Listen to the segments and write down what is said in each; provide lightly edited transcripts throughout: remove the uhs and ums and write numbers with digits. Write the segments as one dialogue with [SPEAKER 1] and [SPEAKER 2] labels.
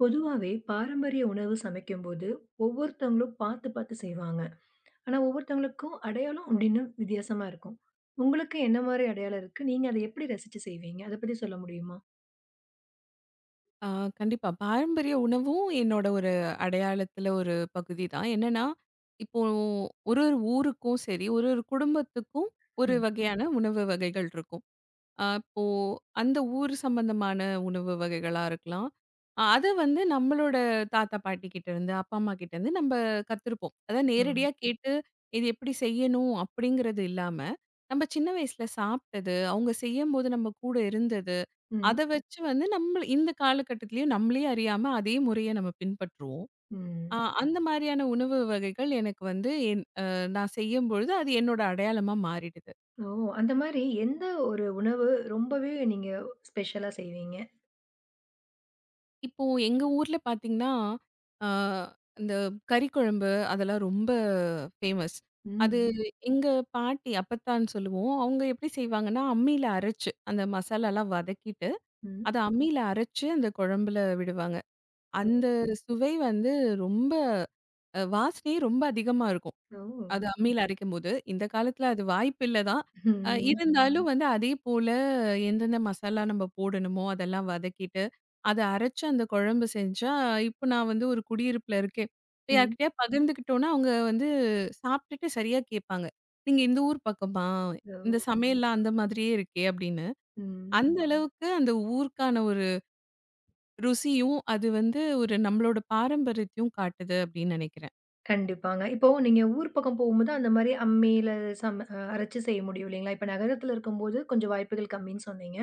[SPEAKER 1] பொதுவாவே பாரம்பரிய உணவு சமைக்கும்போது ஒவ்வொருத்தவங்களும் பார்த்து பார்த்து செய்வாங்க. ஆனா, ஒவ்வொருத்தவங்களுக்கும் அடையாளம் அப்படின்னு வித்தியாசமா இருக்கும். உங்களுக்கு என்ன மாரி அடையாளம் இருக்கு? நீங்க அத எப்படி ரசிச்சு செய்வீங்க? அத பத்தி சொல்ல முடியுமா?
[SPEAKER 2] ஆ, கண்டிப்பா. பாரம்பரிய உணவும் என்னோட ஒரு அடையாளத்துல ஒரு பகுதி தான். என்னன்னா, இப்போ ஒரு ஒரு ஊருக்கும் சரி, ஒரு ஒரு குடும்பத்துக்கும் ஒரு
[SPEAKER 1] ம்,
[SPEAKER 2] வகையான உணவு வகைகள் இருக்கும். அப்போ அந்த ஊர் சம்பந்தமான உணவு வகைகளா இருக்கலாம். அத வந்து நம்மளோட தாத்தா, பாட்டி கிட்ட இருந்து, அப்பா, அம்மா கிட்ட இருந்து நம்ம கத்துருப்போம். அதான்
[SPEAKER 1] ம்,
[SPEAKER 2] நேரடியா கேட்டு இது எப்படி செய்யணும் அப்படிங்கிறது இல்லாம, நம்ம சின்ன வயசுல சாப்பிட்டது, அவங்க செய்யும்போது நம்ம கூட இருந்தது
[SPEAKER 1] ம்,
[SPEAKER 2] அத வச்சு வந்து நம்மள இந்த காலகட்டத்திலயும் நம்மளயே அறியாம அதே முறைய நம்ம பின்பற்றுவோம். அ
[SPEAKER 1] ம்.
[SPEAKER 2] அந்த மாரியான உணவு வகைகள் எனக்கு வந்து என் நான் செய்யும்பொழுது அது என்னோட அடையாளமா மாறிடுது.
[SPEAKER 1] ஓ! அந்த மாரி எந்த ஒரு உணவு ரொம்பவே நீங்க ஸ்பெஷலா செய்வீங்க?
[SPEAKER 2] இப்போ எங்க ஊர்ல பார்த்தீங்கன்னா, அ இந்த கறி குழம்பு அதெல்லாம் ரொம்ப ஃபேமஸ். அது
[SPEAKER 1] ம்,
[SPEAKER 2] எங்க பாட்டி அப்பத்தான்னு சொல்லுவோம். அவங்க எப்படி செய்வாங்கன்னா, அம்மியில அரைச்சு அந்த மசாலாலாம் வதக்கிட்டு,
[SPEAKER 1] ம்,
[SPEAKER 2] அத அம்மியில அரைச்சு அந்த குழம்புல விடுவாங்க.
[SPEAKER 1] ம்.
[SPEAKER 2] அந்த சுவை வந்து ரொம்ப வாசனையே ரொம்ப அதிகமா இருக்கும்.
[SPEAKER 1] ஓ!
[SPEAKER 2] அது அம்மியில அரைக்கும்போது, இந்த காலத்துல அது வாய்ப்பில்ல தான்.
[SPEAKER 1] ம்,
[SPEAKER 2] இருந்தாலும் வந்து அதே போல எந்தெந்த மசாலா நம்ம போடணுமோ, அதெல்லாம் வதக்கிட்டு, அத அரைச்சு அந்த குழம்பு செஞ்சா, இப்ப நான் வந்து ஒரு குடியிருப்புல இருக்கேன். இப்ப
[SPEAKER 1] ம்.
[SPEAKER 2] யார்கிட்டயா பகிர்ந்துக்கிட்டோம்னா, அவங்க வந்து சாப்பிட்டுட்டு சரியா கேட்பாங்க. "நீங்க இந்த ஊர் பக்கமா?
[SPEAKER 1] ஓ!
[SPEAKER 2] இந்த சமையல்லாம் அந்த மாதிரியே இருக்கே" அப்படின்னு.
[SPEAKER 1] ம்.
[SPEAKER 2] அந்த அளவுக்கு அந்த ஊருக்கான ஒரு ருசியும், அது வந்து ஒரு நம்மளோட பாரம்பரியத்தையும் காட்டுது அப்படின்னு நினைக்கிறேன்.
[SPEAKER 1] கண்டிப்பாங்க. இப்போ நீங்க ஊர் பக்கம் போகும்போது, அந்த மாரி அம்மியில சம அ அரைச்சு செய்ய முடியும் இல்லைங்களா? இப்ப நகரத்துல இருக்கும்போது கொஞ்சம் வாய்ப்புகள் கம்மின்னு சொன்னீங்க.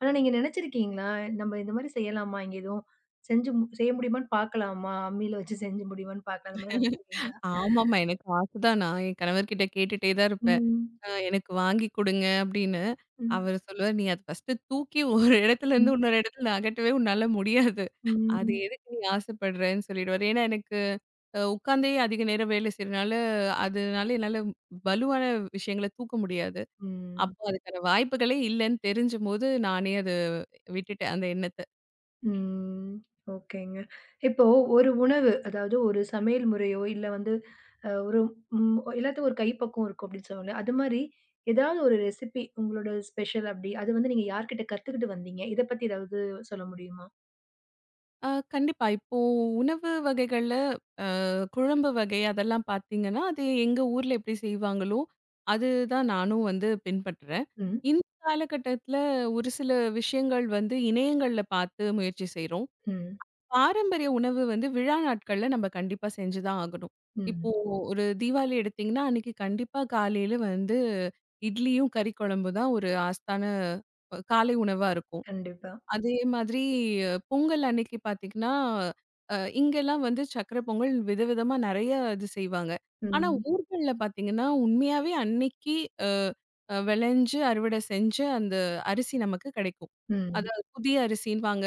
[SPEAKER 1] ஆனா நீங்க நெனச்சிருக்கீங்களா? நம்ம இந்த மாரி செய்யலாமா? இங்க எதுவும் செஞ்சு செய்ய முடியுமான்னு பாக்கலாமா? அம்மியில வச்சு செஞ்சு முடியுமான்னு பாக்கலாம். அந்த மாரி நெனச்சிருக்கீங்களா?
[SPEAKER 2] ஆமாமா. எனக்கு ஆசை தான். நான் என் கணவர்கிட்ட கேட்டுட்டே தான் இருப்பேன்.
[SPEAKER 1] ம்.
[SPEAKER 2] எனக்கு வாங்கி குடுங்க அப்படின்னு.
[SPEAKER 1] ம்.
[SPEAKER 2] அவரு சொல்லுவாரு, "நீ அத ஃபர்ஸ்ட்டு தூக்கி ஒரு இடத்துல
[SPEAKER 1] ம்.
[SPEAKER 2] இருந்து இன்னொரு இடத்துல நகட்டவே உன்னால முடியாது. அது
[SPEAKER 1] ம்.
[SPEAKER 2] எதுக்கு நீ ஆசைப்படுறன்னு" சொல்லிடுவாரு. ஏன்னா எனக்கு உட்காந்தே அதிக நேரம் வேலை செய்றனால, அதனால என்னால வலுவான விஷயங்கள தூக்க முடியாது.
[SPEAKER 1] ம்.
[SPEAKER 2] அப்போ அதுக்கான வாய்ப்புகளே இல்லன்னு தெரிஞ்சும்போது, நானே அத விட்டுட்டேன் அந்த எண்ணத்த.
[SPEAKER 1] ம். ஓகேங்க. இப்போ ஒரு உணவு, அதாவது ஒரு சமையல் முறையோ, இல்ல வந்து ஒரு ம் எல்லாத்துக்கும் ஒரு கைப்பக்குவம் இருக்கும் அப்படின்னு சொல்லுவாங்கல்ல. அது மாரி ஏதாவது ஒரு ரெசிபி உங்களோட ஸ்பெஷல் அப்படி, அது வந்து நீங்க யார்கிட்ட கத்துக்கிட்டு வந்தீங்க? இத பத்தி ஏதாவது சொல்ல முடியுமா?
[SPEAKER 2] அ கண்டிப்பா இப்போ உணவு வகைகள்ல குழம்பு வகை அதெல்லாம் பார்த்தீங்கன்னா, அது எங்க ஊர்ல எப்படி செய்வாங்களோ, அதுதான் நானும் வந்து பின்பற்றுறேன்.
[SPEAKER 1] ம்.
[SPEAKER 2] இந்த காலகட்டத்தில ஒரு சில விஷயங்கள் வந்து இணையங்கள்ல பார்த்து முயற்சி செய்றோம்.
[SPEAKER 1] ம்.
[SPEAKER 2] பாரம்பரிய உணவு வந்து விழா நாட்கள்ல நம்ம கண்டிப்பா செஞ்சு தான் ஆகணும்.
[SPEAKER 1] ம்.
[SPEAKER 2] இப்போ ஒரு தீபாவளி எடுத்தீங்கன்னா, அன்னைக்கு கண்டிப்பா காலையில வந்து இட்லியும், கறி குழம்பு தான் ஒரு ஆஸ்தான காலை உணவா இருக்கும்.
[SPEAKER 1] கண்டிப்பா.
[SPEAKER 2] அதே மாதிரி பொங்கல் அன்னைக்கு பார்த்தீங்கன்னா, இங்கெல்லாம் வந்து சர்க்கரை பொங்கல் விதவிதமா நெறைய இது செய்வாங்க. ஆனா
[SPEAKER 1] ம்.
[SPEAKER 2] ஊர்கள்ல பார்த்தீங்கன்னா, உண்மையாவே அன்னைக்கு அ அ விளைஞ்சு, அறுவடை செஞ்சு அந்த அரிசி நமக்கு கிடைக்கும்.
[SPEAKER 1] ம்.
[SPEAKER 2] அதாவது புதிய அரிசின்னுவாங்க.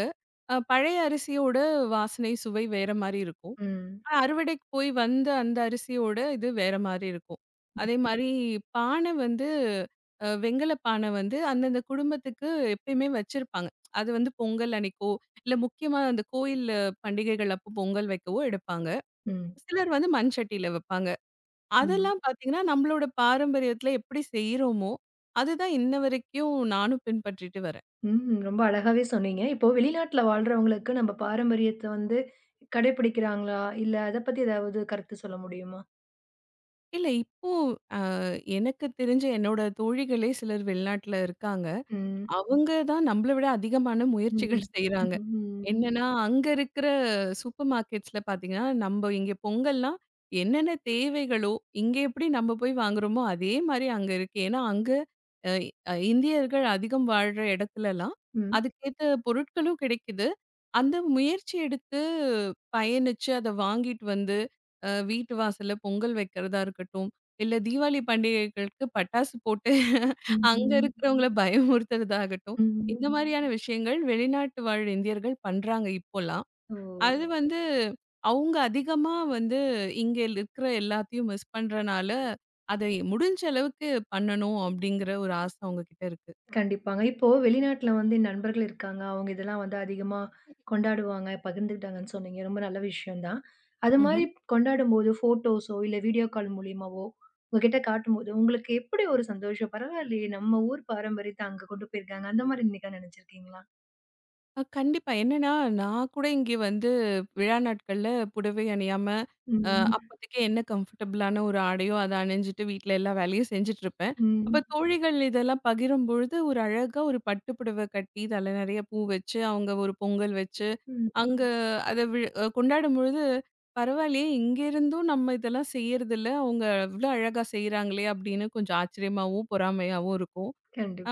[SPEAKER 2] பழைய அரிசியோட வாசனை, சுவை வேற மாரி இருக்கும்.
[SPEAKER 1] ம்.
[SPEAKER 2] அறுவடைக்கு போய் வந்த அந்த அரிசியோட இது வேற மாரி இருக்கும். அதே மாரி பானை வந்து வெண்கல பானை வந்து அந்தந்த குடும்பத்துக்கு எப்பயுமே வச்சிருப்பாங்க. அது வந்து பொங்கல் அன்னைக்கோ, இல்ல முக்கியமா அந்த கோயில் பண்டிகைகள் அப்போ பொங்கல் வைக்கவோ எடுப்பாங்க.
[SPEAKER 1] ம்.
[SPEAKER 2] சிலர் வந்து மண் சட்டியில வைப்பாங்க.
[SPEAKER 1] ம்.
[SPEAKER 2] அதெல்லாம் பார்த்தீங்கன்னா, நம்மளோட பாரம்பரியத்தில எப்படி செய்றோமோ, அதுதான் இன்ன வரைக்கும் நானும் பின்பற்றிட்டு வரேன்.
[SPEAKER 1] ம். ரொம்ப அழகாவே சொன்னீங்க. இப்போ வெளிநாட்ல வாழ்றவங்களுக்கு நம்ம பாரம்பரியத்த வந்து கடைபிடிக்கிறாங்களா? இல்ல அத பத்தி ஏதாவது கருத்து சொல்ல முடியுமா?
[SPEAKER 2] இல்ல இப்போ அ எனக்கு தெரிஞ்ச என்னோட தோழிகளே சிலர் வெளிநாட்ல இருக்காங்க.
[SPEAKER 1] ம்.
[SPEAKER 2] அவங்க தான் நம்மள விட அதிகமான
[SPEAKER 1] ம்.
[SPEAKER 2] முயற்சிகள் செய்றாங்க.
[SPEAKER 1] ம்.
[SPEAKER 2] என்னன்னா, அங்க இருக்கிற சூப்பர் மார்க்கெட்ஸ்ல பார்த்தீங்கன்னா, நம்ப இங்க பொங்கல்னா என்னென்ன தேவைகளோ, இங்க எப்படி நம்ம போய் வாங்குறோமோ, அதே மாரி அங்க இருக்கு. ஏன்னா, அங்க அ அ இந்தியர்கள் அதிகம் வாழ்ற இடத்துலலாம்,
[SPEAKER 1] ம்.
[SPEAKER 2] அதுக்கேத்த பொருட்களும் கிடைக்குது. அந்த முயற்சி எடுத்து பயணிச்சு, அத வாங்கிட்டு வந்து, வீட்டு வாசல்ல பொங்கல் வைக்கிறதா இருக்கட்டும், இல்ல தீபாவளி பண்டிகைகளுக்கு பட்டாசு போட்டு அங்க
[SPEAKER 1] ம்.
[SPEAKER 2] இருக்கிறவங்கள பயமுறுத்துறதாகட்டும்.
[SPEAKER 1] ம்.
[SPEAKER 2] இந்த மாரியான விஷயங்கள் வெளிநாட்டு வாழ் இந்தியர்கள் பண்றாங்க இப்போலாம்.
[SPEAKER 1] ஓ!
[SPEAKER 2] அது வந்து அவங்க அதிகமா வந்து இங்க இருக்கிற எல்லாத்தையும் மிஸ் பண்றனால, அதை முடிஞ்ச அளவுக்கு பண்ணணும் அப்படிங்கிற ஒரு ஆசை அவங்க கிட்ட இருக்கு.
[SPEAKER 1] கண்டிப்பாங்க. இப்போ வெளிநாட்ல வந்து என் நண்பர்கள் இருக்காங்க. அவங்க இதெல்லாம் வந்து அதிகமா கொண்டாடுவாங்க, பகிர்ந்துக்கிட்டாங்கன்னு சொன்னீங்க. ரொம்ப நல்ல விஷயம் தான். அது மாரி கொண்டாடும்போது ஃபோட்டோஸோ, இல்ல வீடியோ கால் மூலியமாவோ உங்ககிட்ட காட்டும்போது, உங்களுக்கு எப்படி ஒரு சந்தோஷம்? பரவாயில்லையே! நம்ம ஊர் பாரம்பரியத்த அங்க கொண்டு போயிருக்காங்க. அந்த மாரி என்னைக்கா நெனச்சிருக்கீங்களா?
[SPEAKER 2] கண்டிப்பா. என்னன்னா, நான் கூட இங்கே வந்து விழா நாட்கள்ல புடவை அணியாம, அ
[SPEAKER 1] ம்.
[SPEAKER 2] அப்போதைக்கு என்ன கம்ஃபர்டபுளான ஒரு ஆடையோ, அத அணிஞ்சுட்டு வீட்ல எல்லா வேலையும் செஞ்சுட்ருப்பேன். அப்ப
[SPEAKER 1] ம்.
[SPEAKER 2] தோழிகள் இதெல்லாம் பகிரும்பொழுது, ஒரு அழகா ஒரு பட்டு புடவ கட்டி, தல நெறைய பூ வச்சு, அவங்க ஒரு பொங்கல் வச்சு,
[SPEAKER 1] ம்.
[SPEAKER 2] அங்க அத வி அ கொண்டாடும்பொழுது, பரவாயில்லயே! இங்கேருந்தும் நம்ம இதெல்லாம் செய்யறதில்ல. அவங்க இவ்ளோ அழகா செய்றாங்களே! அப்படின்னு கொஞ்சம் ஆச்சரியமாவும், பொறாமையாவும் இருக்கும்.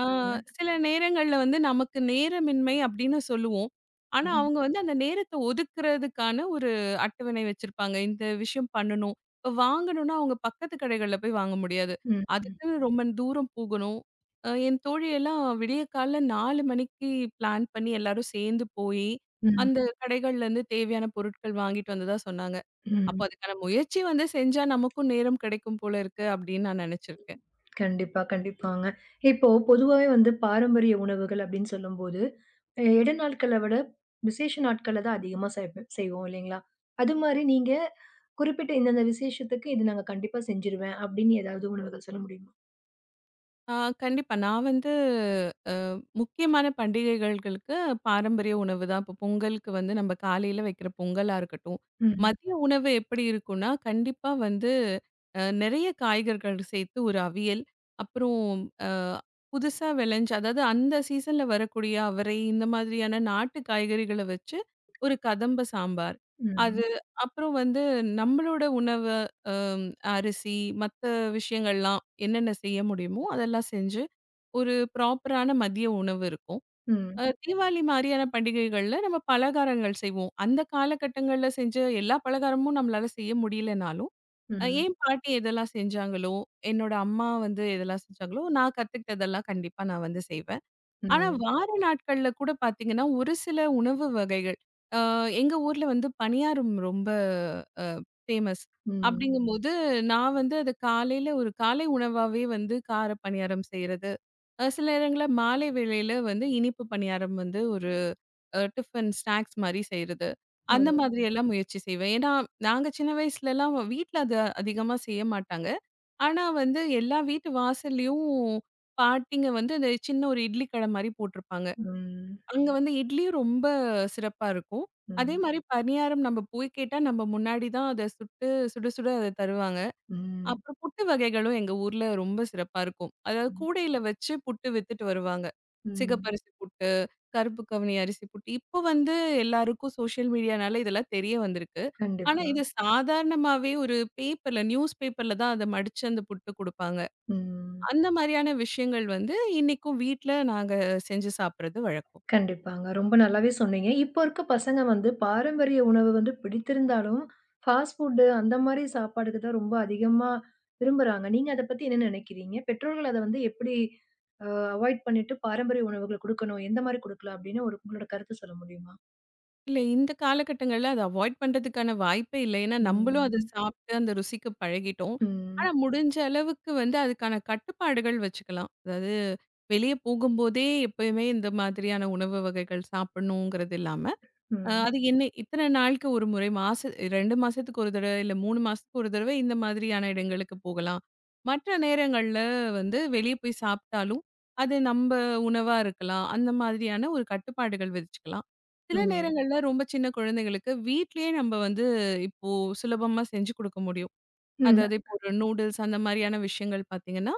[SPEAKER 2] ஆ, சில நேரங்கள்ல வந்து நமக்கு நேரமின்மை அப்படின்னு சொல்லுவோம். ஆனா,
[SPEAKER 1] ம்.
[SPEAKER 2] அவங்க வந்து அந்த நேரத்த ஒதுக்குறதுக்கான ஒரு அட்டவணை வச்சிருப்பாங்க. இந்த விஷயம் பண்ணணும். இப்ப வாங்கணும்னா, அவங்க பக்கத்து கடைகள்ல போய் வாங்க முடியாது.
[SPEAKER 1] ம்.
[SPEAKER 2] அதுக்குன்னு ரொம்ப தூரம் போகணும். என் தோழியெல்லாம் விடியக்காலைல 4 மணிக்கு பிளான் பண்ணி எல்லாரும் சேர்ந்து போயி,
[SPEAKER 1] ம்.
[SPEAKER 2] அந்த கடைகள்லேருந்து தேவையான பொருட்கள் வாங்கிட்டு வந்ததா சொன்னாங்க.
[SPEAKER 1] ம்.
[SPEAKER 2] அப்போ அதுக்கான முயற்சி வந்து செஞ்சா நமக்கும் நேரம் கிடைக்கும் போல இருக்கு அப்படின்னு நான் நினைச்சிருக்கேன்.
[SPEAKER 1] கண்டிப்பா, கண்டிப்பாங்க. இப்போ பொதுவாவே வந்து பாரம்பரிய உணவுகள் அப்படின்னு சொல்லும்போது, இட நாட்கள விட விசேஷ நாட்கள்ல தான் அதிகமா செய்வோம் இல்லைங்களா? அது மாரி நீங்க குறிப்பிட்ட இந்தந்த விசேஷத்துக்கு இது நாங்க கண்டிப்பா செஞ்சுருவேன் அப்படின்னு ஏதாவது உணவுகள் சொல்ல முடியுமா?
[SPEAKER 2] ஆ கண்டிப்பா. நான் வந்து முக்கியமான பண்டிகைகள்களுக்கு பாரம்பரிய உணவு தான். இப்போ பொங்கலுக்கு வந்து நம்ம காலையில வைக்கிற பொங்கலா இருக்கட்டும்.
[SPEAKER 1] ம்.
[SPEAKER 2] மதிய உணவு எப்படி இருக்கும்னா, கண்டிப்பா வந்து நெறைய காய்கறிகள் சேர்த்து ஒரு அவியல், அப்புறம் அ புதுசா விளைஞ்ச அதாவது அந்த சீசன்ல வரக்கூடிய அவரை, இந்த மாதிரியான நாட்டு காய்கறிகள வச்சு ஒரு கதம்ப சாம்பார்.
[SPEAKER 1] ம்.
[SPEAKER 2] அது அப்புறம் வந்து நம்மளோட உணவு அ அரிசி, மத்த விஷயங்கள்லாம் என்னென்ன செய்ய முடியுமோ அதெல்லாம் செஞ்சு ஒரு ப்ராப்பரான மதிய உணவு இருக்கும்.
[SPEAKER 1] ம்.
[SPEAKER 2] தீவாளி மாரியான பண்டிகைகள்ல நம்ம பலகாரங்கள் செய்வோம். அந்த காலகட்டங்கள்ல செஞ்ச எல்லா பலகாரமும் நம்மளால செய்ய முடியலனாலும்,
[SPEAKER 1] ம்.
[SPEAKER 2] என் பாட்டி எதெல்லாம் செஞ்சாங்களோ, என்னோட அம்மா வந்து எதெல்லாம் செஞ்சாங்களோ, நான் கத்துக்கிட்டதெல்லாம் கண்டிப்பா நான் வந்து செய்வேன். ஆனா,
[SPEAKER 1] ம்.
[SPEAKER 2] வார நாட்கள்ல கூட பார்த்தீங்கன்னா, ஒரு சில உணவு வகைகள் அ எங்க ஊர்ல வந்து பணியாரம் ரொம்ப அ ஃபேமஸ்.
[SPEAKER 1] ம்.
[SPEAKER 2] அப்படிங்கும்போது, நான் வந்து அத காலையில ஒரு காலை உணவாவே வந்து கார பணியாரம் செய்றது. சில நேரங்கள்ல மாலை வேளையில வந்து இனிப்பு பணியாரம் வந்து ஒரு டிஃபன் ஸ்நாக்ஸ் மாரி செய்றது.
[SPEAKER 1] ஓ!
[SPEAKER 2] அந்த மாதிரி எல்லாம் முயற்சி செய்வேன். ஏன்னா, நாங்க சின்ன வயசுலலாம் வீட்ல அது அதிகமா செய்ய மாட்டாங்க. ஆனா வந்து எல்லா வீட்டு வாசல்லயும் பாட்டிங்க வந்து அந்த சின்ன ஒரு இட்லி கட மாரி போட்டிருப்பாங்க.
[SPEAKER 1] ம்.
[SPEAKER 2] அங்க வந்து இட்லியும் ரொம்ப சிறப்பா இருக்கும். அதே
[SPEAKER 1] ம்.
[SPEAKER 2] மாரி பணியாரம் நம்ம போய் கேட்டா, நம்ம முன்னாடி தான் அத சுட்டு சுட சுட அத தருவாங்க.
[SPEAKER 1] ம்.
[SPEAKER 2] அப்புறம் புட்டு வகைகளும் எங்க ஊர்ல ரொம்ப சிறப்பா இருக்கும். அதாவது
[SPEAKER 1] ம்.
[SPEAKER 2] கூடையில வச்சு புட்டு வித்துட்டு வருவாங்க.
[SPEAKER 1] ம்.
[SPEAKER 2] சிகப்பரிசி புட்டு, கருப்பு கவுனி அரிசி புட்டு. இப்போ வந்து எல்லாருக்கும் சோஷியல் மீடியானால இதெல்லாம் தெரிய வந்திருக்கு. ஆனா
[SPEAKER 1] கண்டிப்பா.
[SPEAKER 2] இது சாதாரணமாவே ஒரு பேப்பர்ல நியூஸ் பேப்பர்ல தான் அத மடிச்சு அந்த புட்டு குடுப்பாங்க.
[SPEAKER 1] ம்.
[SPEAKER 2] அந்த மாரியான விஷயங்கள் வந்து இன்னைக்கும் வீட்ல நாங்க செஞ்சு சாப்பிடுறது வழக்கம்.
[SPEAKER 1] கண்டிப்பாங்க. ரொம்ப நல்லாவே சொன்னீங்க. இப்போ இருக்க பசங்க வந்து பாரம்பரிய உணவு வந்து பிடித்திருந்தாலும், ஃபாஸ்ட் ஃபுட் அந்த மாரி சாப்பாடுக்கு தான் ரொம்ப அதிகமா விரும்புறாங்க. நீங்க அத பத்தி என்ன நினைக்கிறீங்க? பெற்றோர்கள் அத வந்து எப்படி அ அவாய்ட் பண்ணிட்டு பாரம்பரிய உணவுகள் குடுக்கணும், எந்த மாரி குடுக்கலாம் அப்படின்னு ஒரு உங்களோட கருத்து சொல்ல முடியுமா?
[SPEAKER 2] இல்ல இந்த காலகட்டங்கள்ல அத அவாய்ட் பண்றதுக்கான வாய்ப்பே இல்ல. ஏன்னா நம்பளும் அத
[SPEAKER 1] ம்.
[SPEAKER 2] சாப்பிட்டு அந்த ருசிக்கு பழகிட்டோம்.
[SPEAKER 1] ம்.
[SPEAKER 2] ஆனா முடிஞ்ச அளவுக்கு வந்து அதுக்கான கட்டுப்பாடுகள் வச்சுக்கலாம். அதாவது வெளிய போகும்போதே எப்பயுமே இந்த மாதிரியான உணவு வகைகள் சாப்பிடணுங்கிறது இல்லாம,
[SPEAKER 1] ம்.
[SPEAKER 2] அது என்ன இத்தன நாளுக்கு ஒரு முறை, 2 மாசத்துக்கு ஒரு தடவ, இல்ல 3 மாசத்துக்கு ஒரு தடவ இந்த மாதிரியான இடங்களுக்கு போகலாம். மற்ற நேரங்கள்ல வந்து வெளிய போய் சாப்பிட்டாலும், அது நம்ப உணவா இருக்கலாம். அந்த மாதிரியான ஒரு கட்டுப்பாடுகள் விதிச்சுக்கலாம். சில
[SPEAKER 1] ம்.
[SPEAKER 2] நேரங்கள்ல ரொம்ப சின்ன குழந்தைகளுக்கு வீட்லயே நம்ப வந்து இப்போ சுலபமா செஞ்சு குடுக்க முடியும்.
[SPEAKER 1] ம்.
[SPEAKER 2] அதாவது இப்போ ஒரு நூடுல்ஸ் அந்த மாதிரியான விஷயங்கள் பார்த்தீங்கன்னா,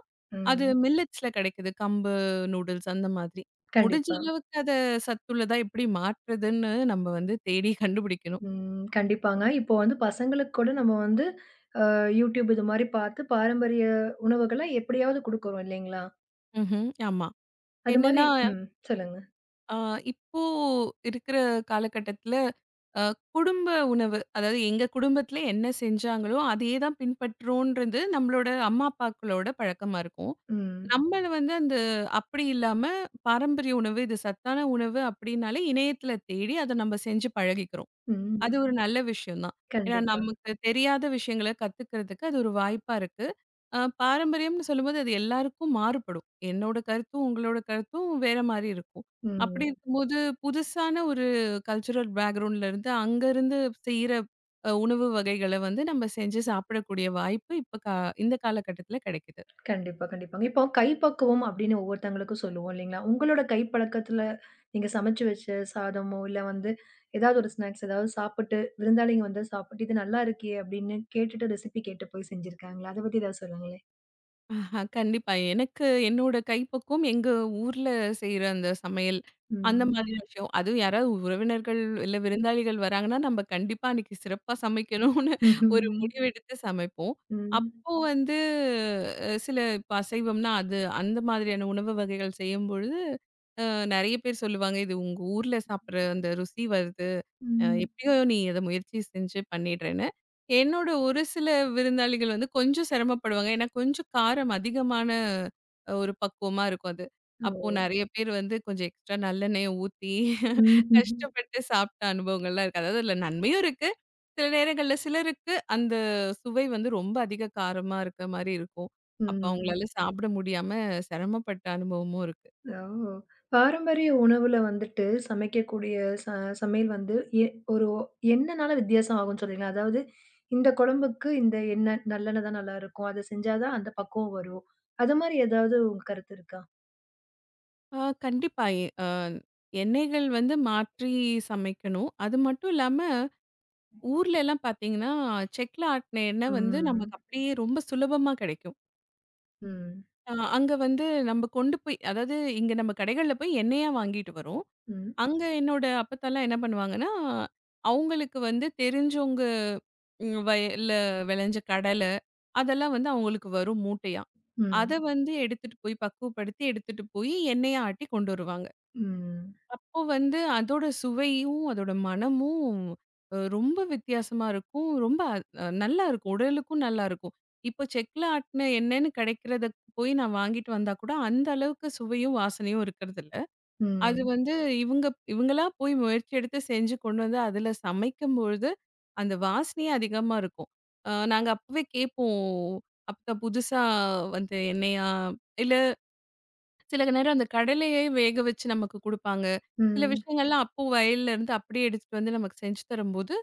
[SPEAKER 2] அது
[SPEAKER 1] ம்.
[SPEAKER 2] மில்லட்ஸ்ல கிடைக்குது. கம்பு நூடுல்ஸ் அந்த மாதிரி. முடிஞ்ச
[SPEAKER 1] கண்டிப்பா.
[SPEAKER 2] அளவுக்கு அத சத்துள்ளதா எப்படி மாற்றுதுன்னு நம்ம வந்து தேடி கண்டுபிடிக்கணும்.
[SPEAKER 1] ம். கண்டிப்பாங்க. இப்போ வந்து பசங்களுக்கு கூட நம்ம வந்து YouTube இது மாரி பார்த்து பாரம்பரிய உணவுகள எப்படியாவது குடுக்குறோம் இல்லைங்களா?
[SPEAKER 2] ம்ஹ்ம். ஆமா.
[SPEAKER 1] அது மாரி
[SPEAKER 2] என்னன்னா,
[SPEAKER 1] ம். சொல்லுங்க.
[SPEAKER 2] அ இப்போ இருக்கிற காலகட்டத்தில அ குடும்ப உணவு, அதாவது எங்க குடும்பத்தில என்ன செஞ்சாங்களோ, அதையே தான் பின்பற்றோன்றது நம்மளோட அம்மா, அப்பாக்களோட பழக்கமா இருக்கும்.
[SPEAKER 1] ம்.
[SPEAKER 2] நம்மள வந்து அந்த அப்படி இல்லாம பாரம்பரிய உணவு, இது சத்தான உணவு அப்படின்னாலே இணையத்துல தேடி அத நம்ம செஞ்சு பழகிக்கிறோம்.
[SPEAKER 1] ம்.
[SPEAKER 2] அது ஒரு நல்ல விஷயம் தான். ஏன்னா
[SPEAKER 1] கண்டிப்பா.
[SPEAKER 2] நமக்கு தெரியாத விஷயங்கள கத்துக்கிறதுக்கு அது ஒரு வாய்ப்பா இருக்கு. பாரம்பரியம்னு சொல்லும்போது அது எல்லாருக்கும் மாறுபடும். என்னோட கருத்தும், உங்களோட கருத்தும் வேற மாரி இருக்கும்.
[SPEAKER 1] ம்.
[SPEAKER 2] அப்படி இருக்கும்போது புதுசான ஒரு கல்ச்சுரல் பேக்ரவுண்ட்ல இருந்து அங்க இருந்து செய்ற உணவு வகைகள வந்து நம்ம செஞ்சு சாப்பிடக்கூடிய வாய்ப்பு இப்ப கா இந்த காலகட்டத்துல கிடைக்குது.
[SPEAKER 1] கண்டிப்பா, கண்டிப்பாங்க. இப்போ கைப்பக்குவம் அப்படின்னு ஒவ்வொருத்தவங்களுக்கும் சொல்லுவோம் இல்லைங்களா? உங்களோட கைப்பழக்கத்துல நீங்க சமைச்சு வச்ச சாதமோ, இல்ல வந்து ஏதாவது ஒரு ஸ்நாக்ஸ் ஏதாவது சாப்பிட்டு, விருந்தாளிங்க வந்து சாப்பிட்டு, "இது நல்லா இருக்கே!" அப்படின்னு கேட்டுட்டு ரெசிபி கேட்டு போய் செஞ்சிருக்காங்களா? அத பத்தி ஏதாவது சொல்லுங்களேன்.
[SPEAKER 2] ஆஹா, கண்டிப்பா. எனக்கு என்னோட கைப்பக்குவம் எங்க ஊர்ல செய்ற அந்த சமையல், அந்த
[SPEAKER 1] ம்.
[SPEAKER 2] மாதிரியான விஷயம். அதுவும் யாராவது உறவினர்கள், இல்ல விருந்தாளிகள் வராங்கன்னா, நம்ம கண்டிப்பா அன்னைக்கு சிறப்பா சமைக்கணும்னு ஒரு
[SPEAKER 1] ம்ஹ்ம்.
[SPEAKER 2] முடிவெடுத்து சமைப்போம்.
[SPEAKER 1] ம். ம்.
[SPEAKER 2] அப்போ வந்து சில இப்ப அசைவம்னா, அது அந்த மாதிரியான உணவு வகைகள் செய்யும்பொழுது, அ நெறைய பேர் சொல்லுவாங்க, "இது உங்க ஊர்ல சாப்பிடுற அந்த ருசி வருது."
[SPEAKER 1] ம்.
[SPEAKER 2] எப்படியோ நீ அத முயற்சி செஞ்சு பண்ணிடுறேன்னு. என்னோட ஒரு சில விருந்தாளிகள் வந்து கொஞ்சம் சிரமப்படுவாங்க. ஏன்னா கொஞ்சம் காரம் அதிகமான ஒரு பக்குவமா இருக்கும் அது.
[SPEAKER 1] ஓ!
[SPEAKER 2] அப்போ நெறைய பேர் வந்து கொஞ்சம் எக்ஸ்ட்ரா நல்லெண்ணெய ஊத்தி
[SPEAKER 1] ம்ஹ்ம். ம்.
[SPEAKER 2] கஷ்டப்பட்டு சாப்பிட்ட அனுபவங்கள்லாம் இருக்கு. அதாவது அதில நன்மையும் இருக்கு. சில நேரங்கள்ல சிலருக்கு அந்த சுவை வந்து ரொம்ப அதிக காரமா இருக்க மாரி இருக்கும். அப்ப
[SPEAKER 1] ம்
[SPEAKER 2] அவங்களால சாப்பிட முடியாம சிரமப்பட்ட அனுபவமும் இருக்கு.
[SPEAKER 1] ஓ! பாரம்பரிய உணவுல வந்துட்டு சமைக்கக்கூடிய ச சமையல் வந்து எ ஒரு எண்ணனால வித்தியாசம் ஆகும்ன்னு சொல்றீங்களா? அதாவது இந்த குழம்புக்கு இந்த எண்ணெய் நல்லெண்ணெய் தான் நல்லாயிருக்கும். அத செஞ்சா தான் அந்த பக்குவம் வரும். அது மாரி ஏதாவது உங்க கருத்து இருக்கா?
[SPEAKER 2] கண்டிப்பா. எ அ எண்ணெய்கள் வந்து மாற்றி சமைக்கணும். அது மட்டும் இல்லாம, ஊர்லலாம் பார்த்தீங்கன்னா, செக்ல ஆட்டுன எண்ணெய் வந்து
[SPEAKER 1] ம்.
[SPEAKER 2] நமக்கு அப்படியே ரொம்ப சுலபமா கிடைக்கும்.
[SPEAKER 1] ம்.
[SPEAKER 2] அங்க வந்து நம்ம கொண்டு போய் அதாவது இங்க நம்ம கடைகள்ல போய் எண்ணெயா வாங்கிட்டு வரோம்.
[SPEAKER 1] ம்.
[SPEAKER 2] அங்க என்னோட அப்பத்தாலாம் என்ன பண்ணுவாங்கன்னா, அவங்களுக்கு வந்து தெரிஞ்சவங்க வயல்ல விளைஞ்ச கடலை, அதெல்லாம் வந்து அவங்களுக்கு வரும் மூட்டையா. அத
[SPEAKER 1] ம்.
[SPEAKER 2] வந்து எடுத்துட்டு போய் பக்குவப்படுத்தி எடுத்துட்டு போய் எண்ணெயா ஆட்டி கொண்டு வருவாங்க.
[SPEAKER 1] ம்.
[SPEAKER 2] அப்போ வந்து அதோட சுவையும், அதோட மணமும் ரொம்ப வித்தியாசமா இருக்கும். ரொம்ப நல்லா இருக்கும். உடலுக்கும் நல்லா இருக்கும். இப்போ செக்ல ஆட்டுன எண்ணெய்ன்னு கிடைக்கிறத போய் நான் வாங்கிட்டு வந்தா கூட, அந்த அளவுக்கு சுவையும், வாசனையும் இருக்கிறதில்ல. அது
[SPEAKER 1] ம்.
[SPEAKER 2] வந்து இவங்க இவங்களா போய் முயற்சி எடுத்து செஞ்சு கொண்டு வந்து அதில சமைக்கும்பொழுது, அந்த வாசனையே அதிகமா இருக்கும். நாங்க அப்பவே கேட்போம், "அப்பத்தா புதுசா வந்த எண்ணெயா? இல்ல சில நேரம் அந்த கடலையே வேக வச்சு நமக்கு குடுப்பாங்க. சில
[SPEAKER 1] ம்.
[SPEAKER 2] விஷயங்கள்லாம் அப்போ வயல்ல இருந்து அப்படியே எடுத்துட்டு வந்து நமக்கு செஞ்சு தரும்போது,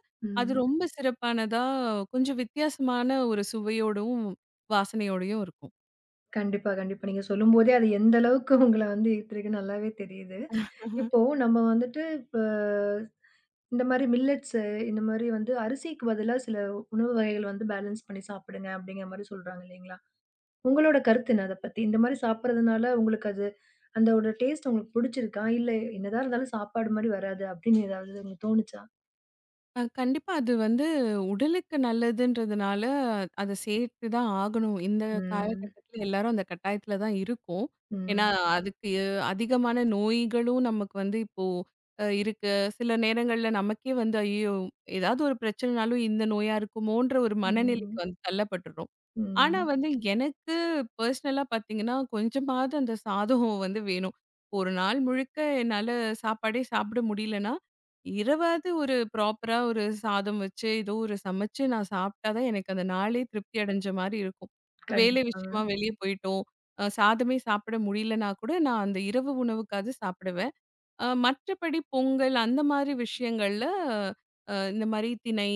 [SPEAKER 2] அது
[SPEAKER 1] ம்.
[SPEAKER 2] ரொம்ப சிறப்பானதா, கொஞ்சம் வித்தியாசமான ஒரு சுவையோடவும், வாசனையோடயும் இருக்கும்.
[SPEAKER 1] கண்டிப்பா, கண்டிப்பா. நீங்க சொல்லும்போதே அது எந்த அளவுக்கு உங்கள வந்து ஈர்த்திருக்குன்னு நல்லாவே தெரியுது. இப்போ நம்ம வந்துட்டு இப்ப இந்த மாரி மில்லட்ஸு, இந்த மாரி வந்து அரிசிக்கு பதிலா சில உணவு வகைகள் வந்து பேலன்ஸ் பண்ணி சாப்பிடுங்க அப்படிங்கிற மாரி சொல்றாங்க இல்லைங்களா? உங்களோட கருத்து என்ன அத பத்தி? இந்த மாரி சாப்பிடுறதுனால உங்களுக்கு அது அதோட டேஸ்ட் உங்களுக்கு புடிச்சிருக்கா? இல்ல என்னதான் இருந்தாலும் சாப்பாடு மாரி வராது அப்படின்னு ஏதாவது உங்களுக்கு தோணுச்சா?
[SPEAKER 2] கண்டிப்பா. அது வந்து உடலுக்கு நல்லதுன்றதுனால, அத சேர்த்து தான் ஆகணும். இந்த
[SPEAKER 1] ம்.
[SPEAKER 2] காலகட்டத்தில எல்லாரும் அந்த கட்டாயத்தில தான் இருக்கோம். ஏன்னா,
[SPEAKER 1] ம்.
[SPEAKER 2] அதுக்கு அதிகமான நோய்களும் நமக்கு வந்து இப்போ இருக்கு. சில நேரங்கள்ல நமக்கே வந்து, ஐயோ! ஏதாவது ஒரு பிரச்சனைனாலும் இந்த நோயா இருக்குமோன்ற ஒரு மனநிலைக்கு
[SPEAKER 1] ம்.
[SPEAKER 2] வந்து தள்ளப்பட்டுறோம். ஆனா
[SPEAKER 1] ம்.
[SPEAKER 2] வந்து எனக்கு பர்சனலா பார்த்தீங்கன்னா, கொஞ்சமாவது அந்த சாதம் வந்து வேணும். ஒரு நாள் முழுக்க என்னால சாப்பாடே சாப்பிட முடியலன்னா, இரவாவது ஒரு ப்ராப்பரா ஒரு சாதம் வச்சு, ஏதோ ஒரு சமைச்சு நான் சாப்பிட்டா தான் எனக்கு அந்த நாளே திருப்தி அடைஞ்ச மாரி இருக்கும். வேலை
[SPEAKER 1] கண்டிப்பாங்க.
[SPEAKER 2] விஷயமா வெளிய போயிட்டோம். சாதமே சாப்பிட முடியலன்னா கூட நான் அந்த இரவு உணவுக்காவது சாப்பிடுவேன். மற்றபடி பொங்கல் அந்த மாரி விஷயங்கள்ல இந்த மாரி திணை,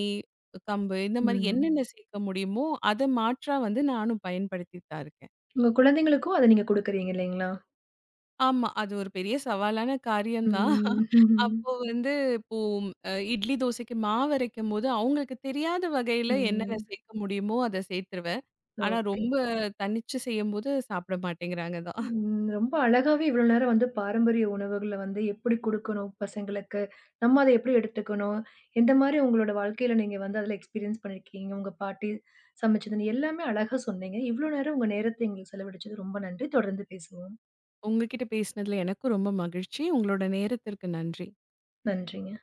[SPEAKER 2] கம்பு இந்த மாரி
[SPEAKER 1] ம்.
[SPEAKER 2] என்னென்ன சேர்க்க முடியுமோ, அத மாற்றா வந்து நானும் பயன்படுத்திட்டு தான் இருக்கேன்.
[SPEAKER 1] உங்க குழந்தைங்களுக்கும் அத நீங்க குடுக்குறீங்க இல்லைங்களா?
[SPEAKER 2] ஆமா. அது ஒரு பெரிய சவாலான காரியம் தான்.
[SPEAKER 1] ம்.
[SPEAKER 2] அப்போ வந்து இப்போ இட்லி, தோசைக்கு மாவு அரைக்கும்போது, அவங்களுக்கு தெரியாத வகையில என்னென்ன
[SPEAKER 1] ம்.
[SPEAKER 2] சேர்க்க முடியுமோ, அத சேர்த்துருவேன். ஆனா
[SPEAKER 1] ஓகே.
[SPEAKER 2] ரொம்ப தனிச்சு செய்யும்போது சாப்பிட மாட்டேங்கிறாங்க தான்.
[SPEAKER 1] ம். ரொம்ப அழகாவே இவ்வளோ நேரம் வந்து பாரம்பரிய உணவுகள வந்து எப்படி குடுக்கணும் பசங்களுக்கு? நம்ம அத எப்படி எடுத்துக்கணும்? எந்த மாரி உங்களோட வாழ்க்கையில நீங்க வந்து அதில எக்ஸ்பீரியன்ஸ் பண்ணியிருக்கீங்க? உங்க பாட்டி சமைச்சதுன்னு எல்லாமே அழகா சொன்னீங்க. இவ்வளோ நேரம் உங்க நேரத்த எங்களுக்கு செலவழிச்சது ரொம்ப நன்றி. தொடர்ந்து பேசுவோம்.
[SPEAKER 2] உங்ககிட்ட பேசினதுல எனக்கும் ரொம்ப மகிழ்ச்சி. உங்களோட நேரத்திற்கு நன்றி.
[SPEAKER 1] நன்றிங்க.